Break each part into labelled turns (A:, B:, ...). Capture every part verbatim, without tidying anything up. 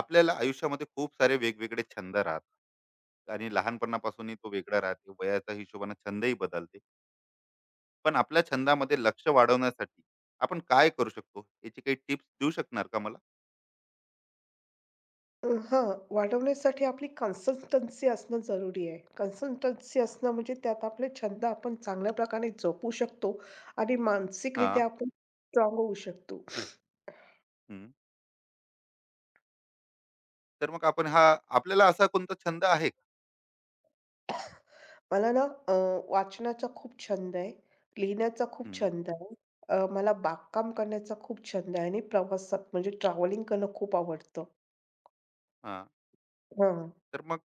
A: आपल्याला आयुष्यामध्ये खूप सारे वेगवेगळे छंद राहतात. आणि लहानपणापासूनही तो वेगळा राहते. वयाच्या हिशोबाने छंदही बदलते. पण आपल्या छंदामध्ये लक्ष वाढवण्यासाठी आपण काय करू शकतो याची काही टिप्स देऊ शकणार का मला?
B: अ, हां, वाढवण्यासाठी आपली कन्सिस्टन्सी असणं जरुरी आहे. कन्सिस्टन्सी असणं म्हणजे त्यात आपले छंद आपण चांगल्या प्रकारे जपू शकतो आणि
A: हा.
B: मानसिकरित्या आपण स्ट्राँग होऊ शकतो.
A: हम्म. तर मग आपण हा आपल्याला असा कोणता छंद आहे का?
B: मला ना अ, वाचनाचा खूप छंद आहे, लिहिण्याचा खूप
A: हम्म.
B: छंद आहे. अ, मला बागकाम करण्याचा खूप छंद आहे आणि प्रवासात म्हणजे ट्रॅव्हलिंग करणं खूप आवडतं.
A: हा.
B: हां,
A: तर मग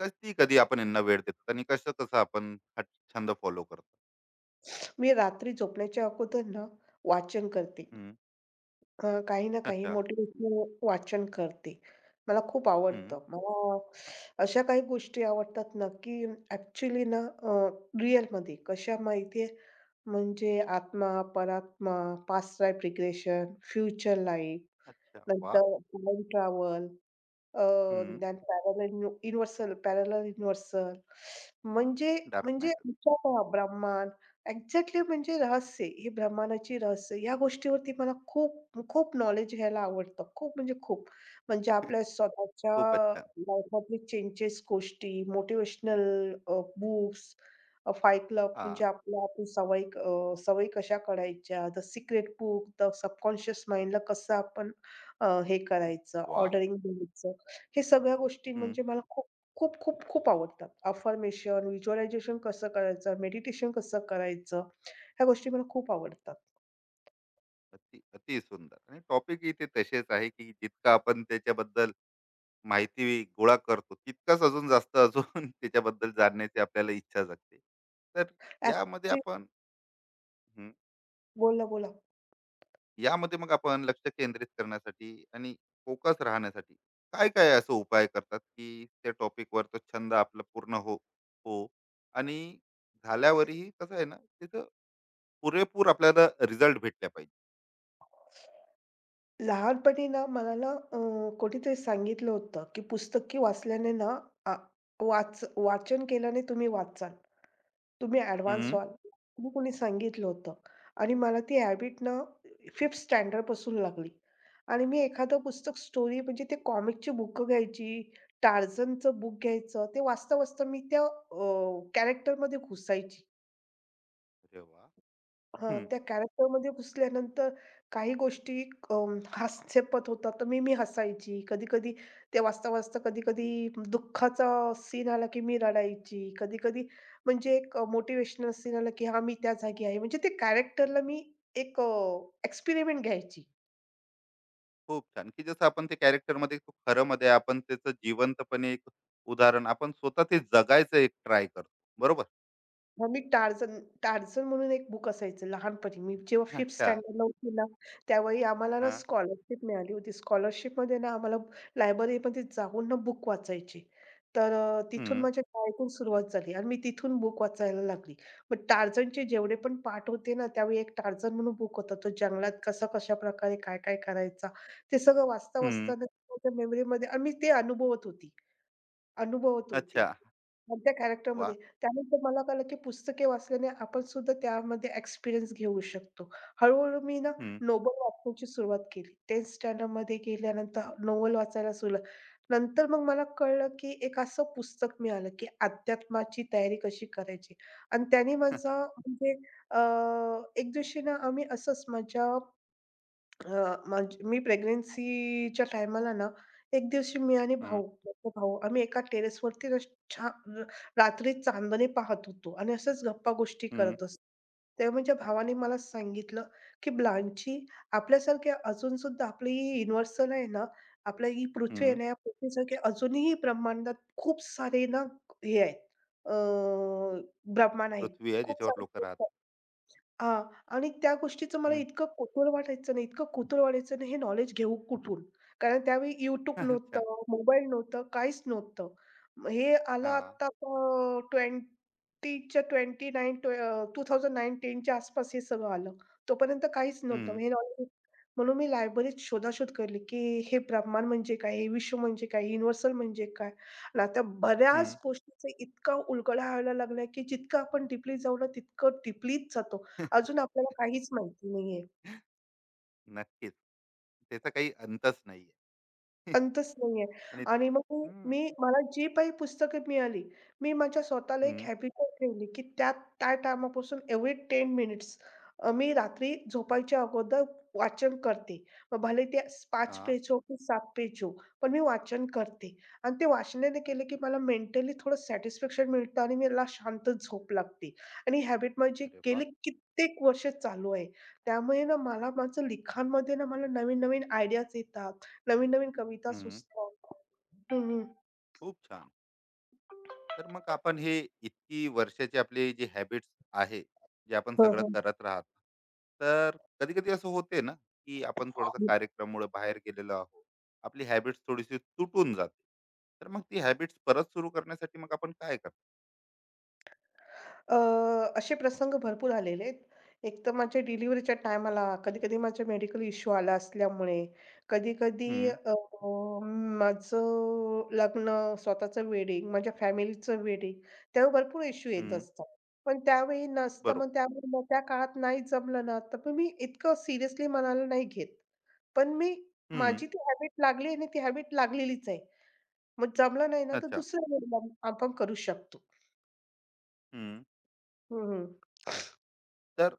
A: कधी कधी आपण यांना वेळ देतो, आणि कसं कसं आपण हा छंद फॉलो करतो?
B: मी रात्री झोपण्याच्या अगोदर ना वाचन करते.
A: हम्म.
B: अ, काही ना काही
A: अच्छा.
B: मोटिव्हेशनल वाचन करते. मला खूप
A: हम्म.
B: आवडतं. मला अशा काही गोष्टी आवडतात ना, की ॲक्चुअली ना अ, रिअलमध्ये कशा माहिती आहे, म्हणजे आत्मा, परात्मा, past life regression, future life,
A: अच्छा. वा.
B: नंतर टाईम ट्रॅव्हल, अ, ज्ञान पॅरलल यु युनिव्हर्सल, पॅरलल युनिव्हर्सल म्हणजे
A: डार्क
B: म्हणजे
A: मॅटर.
B: विचार करा, ब्रह्मांड एक्झॅक्टली म्हणजे रहस्य, हे ब्रह्मांडाची रहस्य या गोष्टीवरती मला खूप खूप नॉलेज घ्यायला आवडतं. खूप म्हणजे खूप. म्हणजे आपल्या स्वतःच्या
A: खूपच छान.
B: लाईफमधले चेंजेस, गोष्टी, मोटिव्हेशनल अ, बुक्स, अ, फाईट क्लब
A: हा.
B: म्हणजे आपल्या आपण सवयी अ, सवयी कशा काढायच्या, the secret book, the subconscious माइंडला कसं आपण अ, हे करायचं,
A: वा.
B: ऑर्डरिंग द्यायचं. हे सगळ्या गोष्टी म्हणजे मला खूप, खूप, खूप, खूप आवडतात. अफर्मेशन, व्हिज्युअलायझेशन कसं करायचं, मेडिटेशन कसं करायचं, ह्या गोष्टी मला खूप आवडतात.
A: अति अति सुंदर, आणि टॉपिक इथे तसेच आहे, की जितकं आपण त्याच्याबद्दल माहिती गोळा करतो तितकंच अजून जास्त अजून त्याच्याबद्दल जाणण्याची आपल्याला इच्छा जागते. तर यामध्ये
B: ॲक्चुअली
A: आपण हं,
B: बोला, बोला.
A: यामध्ये मग आपण लक्ष केंद्रित करण्यासाठी आणि फोकस राहण्यासाठी काय काय असं उपाय करतात की त्या टॉपिकवर तो छंद आपला पूर्ण हो हो. आणि झाल्यावरही कसं आहे ना, तिथं पुरेपूर आपल्याला रिझल्ट भेटला पाहिजे.
B: लहानपणी ना मला ना अ, कोणीतरी सांगितलं होतं, की पुस्तके वाचल्याने ना आ वाच वाचन केल्याने तुम्ही वाचाल. तुम्ही ॲडव्हान्स
A: हम्म.
B: व्हाल. मग कोणी सांगितलं होतं आणि मला ती हॅबिट ना पाचव्या स्टँडर्डपासून लागली आणि मी एखादं पुस्तक स्टोरी म्हणजे ते कॉमिकची बुकं घ्यायची, टार्झनचं बुक घ्यायचं. ते वाचता-वाचता मी त्या अ, कॅरेक्टरमध्ये घुसायची.
A: अरे वा.
B: हां, त्या कॅरेक्टरमध्ये घुसल्यानंतर काही गोष्टी अं, हास्यास्पद होतात, तर मी मी हसायची. कधी-कधी ते वाचता-वाचता कधी-कधी दुःखाचा सीन आला, की मी रडायची. कधी-कधी म्हणजे एक अ, मोटिव्हेशनल सीन आला, की हां, मी त्या जागी आहे. म्हणजे ते कॅरेक्टरला मी एक अ, एक्सपेरिमेंट घ्यायची.
A: खूप छान, की जसं आपण ते कॅरेक्टरमध्ये, तो खरंमध्ये आपण त्याचं जिवंतपणे एक उदाहरण, आपण स्वतः ते जगायचं एक ट्राय करतो. बरोबर?
B: मग मी टार्झन टार्झन म्हणून एक बुक असायचं लहानपणी. मी जेव्हा फिफ्थ
A: अच्छा.
B: स्टँडर्डला होती ना, त्यावेळी आम्हाला ना
A: हां.
B: स्कॉलरशिप मिळाली होती. स्कॉलरशिपमध्ये ना आम्हाला लायब्ररीमध्ये जाऊन ना बुक वाचायची. तर अ, तिथून
A: हं,
B: माझ्या शाळेतून सुरुवात झाली आणि मी तिथून बुक वाचायला लागली. मग टार्झनचे जेवढे पण पाठ होते ना, त्यावेळी एक टार्झन म्हणून बुक होता. तो जंगलात कसा कशाप्रकारे काय-काय करायचा, ते सगळं
A: हं.
B: वाचता-वाचता ना माझ्या मेमरीमध्ये आणि मी ते अनुभवत होती. अनुभवत
A: अच्छा.
B: होती. पण त्या कॅरेक्टरमध्ये.
A: वाह!
B: त्यानंतर मला कळलं, की पुस्तके वाचल्याने आपण सुद्धा त्यामध्ये एक्सपिरियन्स घेऊ शकतो. हळू-हळू मी ना
A: हं,
B: नोबल वाचण्याची सुरुवात केली. दहावी स्टँडर्डमध्ये गेल्यानंतर नोव्हल वाचायला सुरुवात. नंतर मग मला कळलं, की एक असं पुस्तक मिळालं, की अध्यात्माची तयारी कशी करायची. आणि त्याने माझा म्हणजे अ, एक दिवशी ना आम्ही असंच माझ्या अ, माझी मी प्रेग्नन्सीच्या टायमाला ना, एक दिवशी मी आणि
A: हं.
B: भाऊ, मोठा भाऊ आम्ही एका टेरेसवरती अस छान रात्री चांदणे पाहत होतो आणि असंच गप्पा-गोष्टी
A: हं,
B: करत असतो. तेव्हा माझ्या भावाने मला सांगितलं, की "ब्लांची, आपल्यासारख्या अजून सुद्धा आपली ही युनिव्हर्सल आहे ना, आपल्या ही पृथ्वी
A: हं.
B: आहे ना, या पृथ्वीसारखे अजूनही ब्रह्मांडात खूप सारे ना हे आहेत, अ, ब्रह्मांड आहेत.
A: पृथ्वी आहे
B: खूप
A: ज्याच्यावर
B: सारे.
A: लोकं राहतात.
B: हां. आणि त्या गोष्टीचं मला
A: हं.
B: इतकं कुतूहल वाटायचं ना, इतकं कुतूहल वाटायचं ना, हे नॉलेज घेऊ कुठून? कारण त्यावेळी YouTube
A: अच्छा.
B: नव्हतं, मोबाईल नव्हतं, काहीच नव्हतं. मग हे आलं
A: हां.
B: आत्ता अ, 20च्या 29 ट्वे अ, दोन हजार नऊ-दहा च्या आसपास हे सगळं आलं. तोपर्यंत काहीच
A: हं,
B: नव्हतं. मग हे नॉलेज म्हणून मी लायब्ररीत शोधाशोध करली, की हे ब्रह्मांड म्हणजे काय? हे विश्व म्हणजे काय? युनिव्हर्सल म्हणजे काय? आणि आता
A: हं.
B: बऱ्याच गोष्टीचा इतका उलगडा व्हायला लागलाय, की जितकं आपण डीपली जाऊ ना, तितकं डीपलीच जातो. अजून आपल्याला काहीच माहिती नाहीये.
A: नक्कीच. त्याचा काही अंतच नाहीये.
B: अंतच नाहीये.
A: आणि.
B: आणि मग मी
A: हं,
B: मी मला जी काही पुस्तकं मिळाली, मी माझ्या स्वतःला एक
A: हं.
B: हॅबिटच ठेवली, की त्या त्या टायमापासून एव्हरी दहा मिनिट्स मी रात्री झोपायच्या अगोदर वाचन करते. मग भले ते पाच
A: हां.
B: पेज हो की सात पेज हो, पण मी वाचन करते. आणि ते वाचनाने केलं, की मला मेंटली थोडं सॅटिस्फॅक्शन मिळतं आणि मला शांत झोप लागते. आणि हॅबिट माझी
A: अरे वाह!
B: गेली कित्येक वर्ष चालू आहे. त्यामुळे ना मला माझं लिखाणमध्ये ना मला नवीन-नवीन आयडियाज येतात. नवीन-नवीन कविता
A: हं.
B: सुचतात. हं, हं.
A: खूप छान. तर मग आपण हे इतकी वर्षाची आपली जी हॅबिट्स आहे, जे आपण
B: हं,
A: सगळं
B: हं.
A: करत राहत. तर कधी कधी असं होते ना, की आपण थोडासा कार्यक्रममुळे बाहेर गेलेलो आहोत, आपली हॅबिट्स थोडीशी तुटून जाते, तर मग ती हॅबिट्स परत सुरू करण्यासाठी मग आपण काय करतो?
B: असे प्रसंग भरपूर आलेले आहेत. एक तर माझ्या डिलिव्हरीच्या टायमाला, कधी-कधी माझा मेडिकल इश्यू आला असल्यामुळे, कधी-कधी
A: हम्म.
B: अ, माझं लग्न, स्वतःचं वेडिंग, माझ्या फॅमिलीचं वेडिंग, त्यावेळी भरपूर इश्यू येत
A: हम्म.
B: असतात. पण त्यावेळी नसतं,
A: बरोबर.
B: मग त्यामुळे मग त्या काळात नाही जमलं ना, तर पण मी इतकं सिरियसली मनाला नाही घेत. पण मी
A: हम्म.
B: माझी ती हॅबिट लागली आणि ती हॅबिट लागलेलीच आहे. मग जमलं नाही ना, तर
A: अच्छा.
B: दुसऱ्या वेळेला आपण करू शकतो.
A: हम्म.
B: हं, हं.
A: तर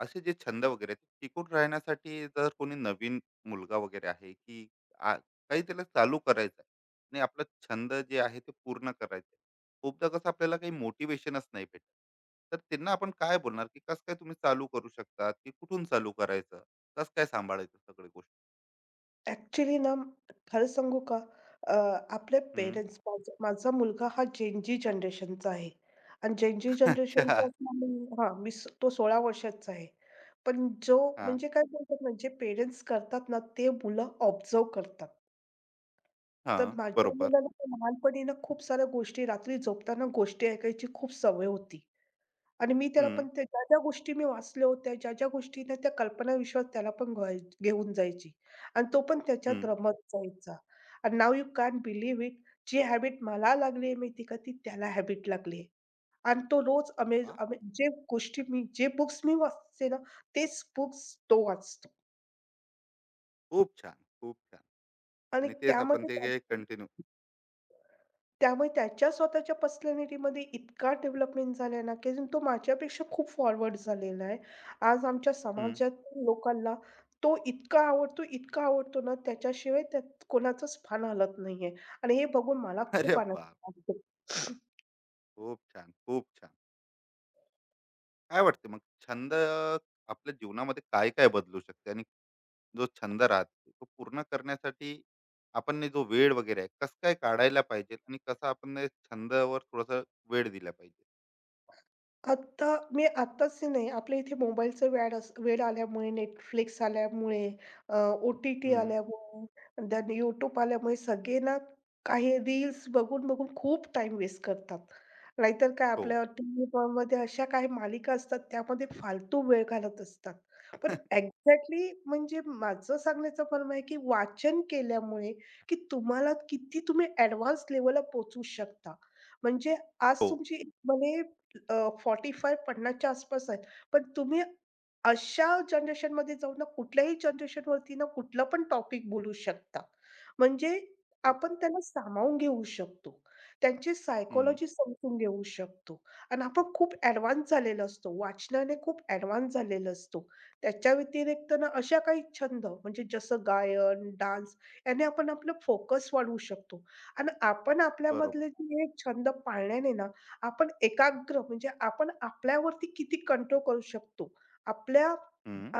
A: असे जे छंद वगैरे आहेत, टिकून राहण्यासाठी, जर कोणी नवीन मुलगा वगैरे आहे की आ- काही त्याला चालू करायचं आहे, आणि आपला छंद जे आहे ते पूर्ण करायचं आहे. खूपदा कसं आपल्याला काही मोटिवेशनच नाही भेटत, तर त्यांना आपण काय बोलणार, की कसं काय तुम्ही चालू करू शकतात, की कुठून चालू करायचं, कसं काय सांभाळायचं सगळी गोष्ट?
B: ॲक्चुअली ना, खरं सांगू का? अ, आपले
A: हम्म.
B: पेरेंट्स, माझा माझा मुलगा हा जेन झी जनरेशनचा आहे आणि जेन जनरेशनचा
A: अच्छा.
B: असल्यामुळे हां, मी स- तो सोळा वर्षाचा आहे. पण जो
A: हा.
B: म्हणजे काय बोलतात ना, जे पेरेंट्स करतात ना, ते मुलं ऑब्झर्व्ह करतात.
A: हा.
B: तर माझ्या
A: बरोबर.
B: मुलाला तर लहानपणी ना, खूप साऱ्या गोष्टी रात्री झोपताना गोष्टी ऐकायची खूप सवय होती. आणि मी त्याला
A: हम्म.
B: पण त्या ज्या-ज्या गोष्टी मी वाचल्या होत्या, ज्या-ज्या गोष्टींना त्या कल्पनाविश्वास त्याला पण घ्याय घेऊन जायची आणि तो पण त्याच्यात
A: हम्म.
B: रमत जायचा. आणि now you can't believe it, जी हॅबिट मला लागली माहिती का, ती त्याला हॅबिट लागली आणि तो रोज अमेज
A: वा.
B: अमे जे गोष्टी मी, जे बुक्स मी वाचते ना, तेच बुक्स तो वाचतो
A: खूप छान. खूप छान.
B: आणि
A: आणि तेच आपण
B: त्यामध्ये त्या,
A: ते कंटिन्यू.
B: त्यामुळे त्याच्या स्वतःच्या पर्सनॅलिटीमध्ये इतका डेव्हलपमेंट झालाय ना, की तो माझ्यापेक्षा खूप फॉरवर्ड झालेला आहे. आज आमच्या समाजात लोकांना तो इतका आवडतो, इतका आवडतो ना, त्याच्याशिवाय त्यात कोणाचंच पान हलत नाहीये आणि हे बघून मला
A: अरे
B: खूप आनंद
A: बा.
B: वाटतो.
A: खूप छान. खूप छान. काय वाटते मग, छंद आपल्या जीवनामध्ये काय काय बदलू शकते? आणि जो छंद राहते, तो पूर्ण करण्यासाठी आपण ने जो वेळ वगैरे आहे कसं काय काढायला पाहिजे, आणि कसा आपण ने छंदावर थोडासा वेळ दिला पाहिजे?
B: आत्ता मी आत्ताच नाही, आपल्या इथे मोबाईलचं वेड अस वेड आल्यामुळे, Netflix आल्यामुळे, अ, ओ-टी-टी
A: हम्म.
B: आल्यामुळे, देन YouTube आल्यामुळे सगळे ना काही रील्स बघून-बघून खूप टाइम वेस्ट करतात. नाहीतर काय
A: हो.
B: आपल्या टीव्हीमध्ये अशा काही मालिका असतात, त्यामध्ये फालतू वेळ घालवत असतात. पण एक्झॅक्टली म्हणजे माझं सांगण्याचं मर्म आहे, की वाचन केल्यामुळे, की तुम्हाला किती तुम्ही ॲडव्हान्स लेव्हलला पोहोचू शकता. म्हणजे आज
A: हो.
B: तुमची म्हणे अ, पंचेचाळीस-50च्या आसपास आहेत. पण तुम्ही अशा जनरेशनमध्ये जाऊन ना कुठल्याही जनरेशन वरती ना कुठला पण टॉपिक बोलू शकता. म्हणजे
A: हो.
B: आपण त्यांना सामावून घेऊ शकतो. त्यांची
A: हम्म.
B: सायकॉलॉजी समजून घेऊ शकतो आणि आपण खूप ॲडव्हान्स झालेलो असतो. वाचनाने खूप ॲडव्हान्स झालेलो असतो. त्याच्या व्यतिरिक्त ना अशा काही छंद म्हणजे जसं गायन, डान्स याने आपण आपलं फोकस वाढवू शकतो आणि आपण
A: बरोबर.
B: आपल्यामधले जे हे छंद पाळल्याने ना आपण एकाग्र म्हणजे आपण आपल्यावरती किती कंट्रोल करू शकतो. आपल्या
A: हम्म.
B: अ,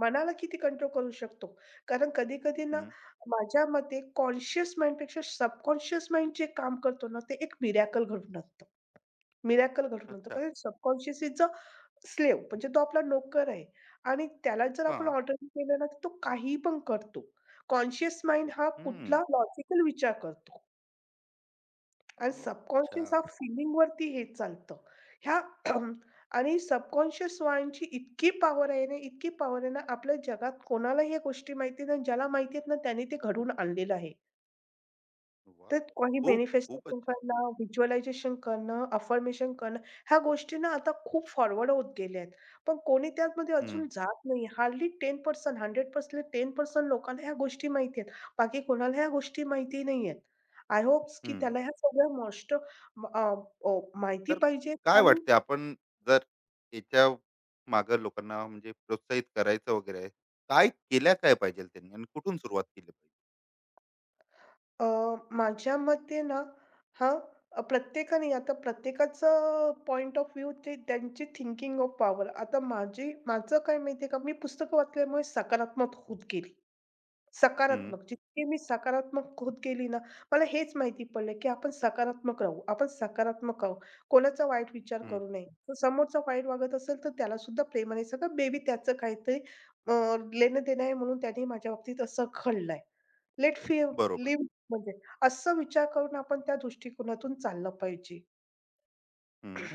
B: मनाला किती कंट्रोल करू शकतो. कारण कधी-कधी ना,
A: हम्म.
B: माझ्या मते कॉन्शियस माइंडपेक्षा सबकॉन्शियस माइंड जे काम करतो ना, ते एक मिरेकल घडवून आणतं. मिरेकल घडवून आणतं.
A: अच्छा.
B: कारण सबकॉन्शियस इज अ स्लेव्ह, म्हणजे तो आपला नोकर आहे आणि त्याला जर
A: हा.
B: आपण ऑर्डर केलं ना, तर तो काहीही पण करतो. कॉन्शियस माइंड हा
A: हम्म.
B: कुठला लॉजिकल विचार करतो. आणि
A: अच्छा.
B: सबकॉन्शियस हा फीलिंगवरती हे चालतं. ह्या आणि सबकॉन्शियस माइंडची इतकी पॉवर आहे ना, इतकी पॉवर आहे ना, आपल्या जगात कोणालाही या गोष्टी माहिती नाही. ज्याला माहिती आहेत ना, त्याने ते घडवून आणलेलं आहे.
A: वा.
B: तर काही
A: खूप खूपच
B: मॅनिफेस्टेशन
A: छान.
B: करणं, व्हिज्युअलायझेशन करणं, अफर्मेशन करणं, ह्या गोष्टी ना आता खूप फॉरवर्ड होत गेल्या आहेत. पण कोणी त्यामध्ये
A: हम्म.
B: अजून जात नाही. हार्डली दहा टक्के शंभर टक्के दहा टक्के लोकांना ह्या गोष्टी माहिती आहेत. बाकी कोणाला ह्या गोष्टी माहिती नाही आहेत. आय होप्स की
A: हम्म.
B: त्याला ह्या सगळ्या मॉस्ट माहिती
A: तर
B: पाहिजे.
A: काय
B: आणि
A: वाटते आपण, जर याच्या मागं लोकांना म्हणजे प्रोत्साहित करायचं वगैरे आहे, काय केल्या काय पाहिजे त्यांनी, आणि कुठून सुरुवात केली पाहिजे?
B: अ, माझ्या मते ना, हां, अ, प्रत्येकाने आता प्रत्येकाचं पॉइंट ऑफ व्ह्यू, ते त्यांची थिंकिंग ऑफ पॉवर. आता माझी माझं काय माहिती आहे का, मी पुस्तकं वाचल्यामुळे सकारात्मक होत गेली.
A: हम्म.
B: सकारात्मक. जितकी मी सकारात्मक होत गेली ना, मला हेच माहिती पडलं, की आपण सकारात्मक राहू. आपण सकारात्मक आहोत. कोणाचा वाईट विचार
A: हम्म.
B: करू नये. तो समोरचा वाईट वागत असेल, तर त्याला सुद्धा प्रेमाने सगळं, मे बी त्याचं काहीतरी अ, लेणं-देणं आहे म्हणून त्याने माझ्या बाबतीत असं घडलंय. लेट फी
A: बरोबर.
B: लिव्ह, म्हणजे असा विचार करून आपण त्या दृष्टिकोनातून चाललं पाहिजे.
A: हम्म.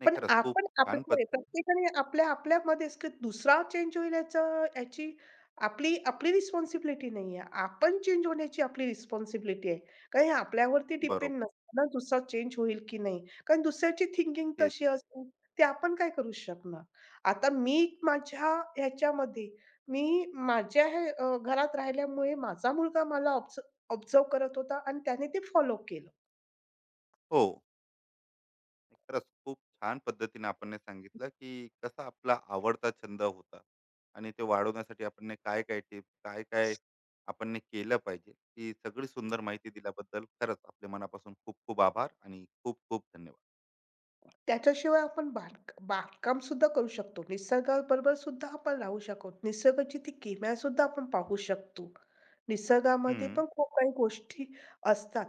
A: नाही,
B: पण
A: खरंच खूप
B: आपण
A: छान पद.
B: आपल्यामध्ये प्रत्येकाने आपल्या आपल्यामध्येच, की दुसरा चेंज होईल याचं याची आपली आपली रिस्पॉन्सिबिलिटी नाही आहे. आपण चेंज होण्याची आपली रिस्पॉन्सिबिलिटी आहे. कारण हे आपल्यावरती डिपेंड
A: बरोबर.
B: नसतं ना, दुसरा चेंज होईल की नाही. कारण दुसऱ्याची थिंकिंग
A: ते.
B: तशी असेल, ते आपण काय करू शकणार. आता मी माझ्या ह्याच्यामध्ये मी माझ्या हे अ, घरात राहिल्यामुळे माझा मुलगा मला ऑब्झ करत होता आणि त्याने ते फॉलो केलं.
A: हो. नाही, खरंच खूप छान पद्धतीने आपण हे सांगितलं, की कसा आपला आवडता छंद होता, आणि ते वाढवण्यासाठी आपण ने काय काय टिप्स, काय काय आपण ने केलं पाहिजे. ही सगळी सुंदर माहिती दिल्याबद्दल खरंच आपल्या मनापासून खूप खूप आभार आणि खूप खूप धन्यवाद.
B: त्याच्याशिवाय आपण बांध बागकाम सुद्धा करू शकतो. निसर्गाबरोबर सुद्धा आपण राहू शकतो. निसर्गाची ती किमया सुद्धा आपण पाहू शकतो. निसर्गामध्ये
A: हम्म.
B: पण खूप काही गोष्टी असतात.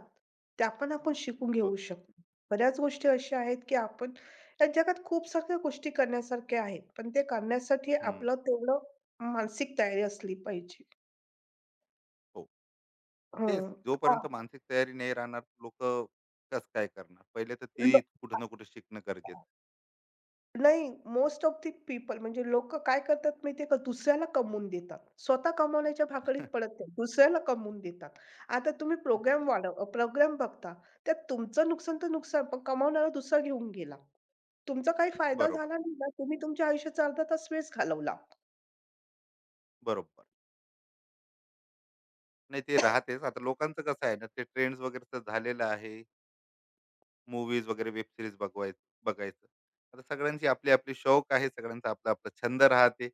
B: त्या पण आपण शिकून
A: ब-
B: घेऊ शकतो. बऱ्याच गोष्टी अशा आहेत, की आपण या जगात खूप साऱ्या गोष्टी करण्यासारख्या आहेत. पण ते करण्यासाठी
A: हम्म.
B: आपलं तेवढं मानसिक तयारी असली पाहिजे.
A: हो. तेच.
B: हं. हां.
A: जोपर्यंत मानसिक तयारी नाही राहणार लोक कस काय करणार, पहिले तर ती कुठं ना कुठं शिकणं गरजेचं
B: नाही, मोस्ट ऑफ दी पीपल म्हणजे लोकं काय करतात माहिती आहे का, दुसऱ्याला कमवून देतात. स्वतः कमवण्याच्या भाकरीत
A: आहे.
B: पडत नाहीत, दुसऱ्याला कमवून देतात. आता तुम्ही प्रोग्राम वाढव प्रोग्राम बघता, त्यात तुमचं नुकसान तर नुकसान, पण कमावणारा दुसरा घेऊन गेला. तुमचा काही फायदा
A: बरोबर.
B: झाला नाही ना, तुम्ही तुमच्या आयुष्याचा अर्धा तास वेस्ट घालवला.
A: बरोबर. नाही, ते राहतेच. आता लोकांचं कसं आहे ना, ते ट्रेंड्स वगैरे तर झालेलं आहे. मूवीज वगैरे, वेब सिरीज बघवाय बघायचं. आता सगळ्यांची आपली आपली शौक आहे, सगळ्यांचा आपला आपला छंद राहते.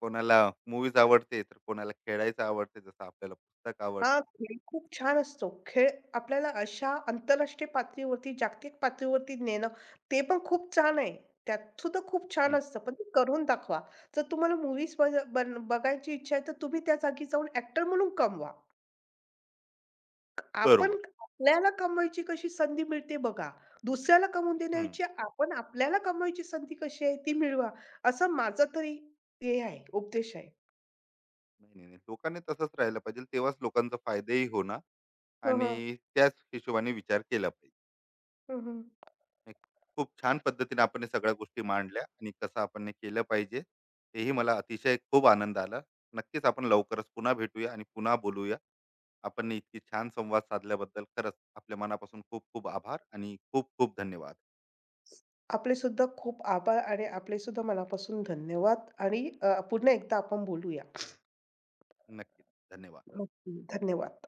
A: कोणाला मूवीज आवडते, तर कोणाला खेळायचं आवडते, जसं आपल्याला पुस्तक
B: हां,
A: आवडते.
B: खेळ खूप छान असतो. खेळ आपल्याला अशा आंतरराष्ट्रीय पातळीवरती, जागतिक पातळीवरती नेणं, ते पण खूप छान आहे. त्यात सुद्धा खूप छान
A: हम्म.
B: असतं, पण ते करून दाखवा. जर तुम्हाला मूव्हीज बज बघायची इच्छा आहे, तर तुम्ही त्या जागी जाऊन ॲक्टर म्हणून कमवा. आपण
A: बरोबर.
B: आपल्याला कमवायची कशी संधी मिळते बघा. दुसऱ्याला कमवून
A: हम्म.
B: देण्याऐवजी आपण आपल्याला कमवायची संधी कशी आहे ती मिळवा. असं माझा तरी हे आहे, उपदेश आहे.
A: नाही, नाही, नाही. लोकांनी तसंच राहिलं पाहिजे, तेव्हाच लोकांचा फायदाही होणार,
B: हं, हं.
A: आणि त्याच हिशोबाने विचार केला पाहिजे.
B: हं, हं.
A: खूप छान पद्धतीने आपण हे सगळ्या गोष्टी मांडल्या, आणि कसं आपण हे केलं पाहिजे, हेही मला अतिशय खूप आनंद आला. नक्कीच आपण लवकरच पुन्हा भेटूया आणि पुन्हा बोलूया. आपण इतकी छान संवाद साधल्याबद्दल खरंच आपल्या मनापासून खूप खूप आभार आणि खूप खूप धन्यवाद.
B: आपले सुद्धा खूप आभार आणि आपले सुद्धा मनापासून धन्यवाद आणि अ, पुन्हा एकदा आपण बोलूया.
A: नक्कीच. धन्यवाद.
B: नक्की. धन्यवाद.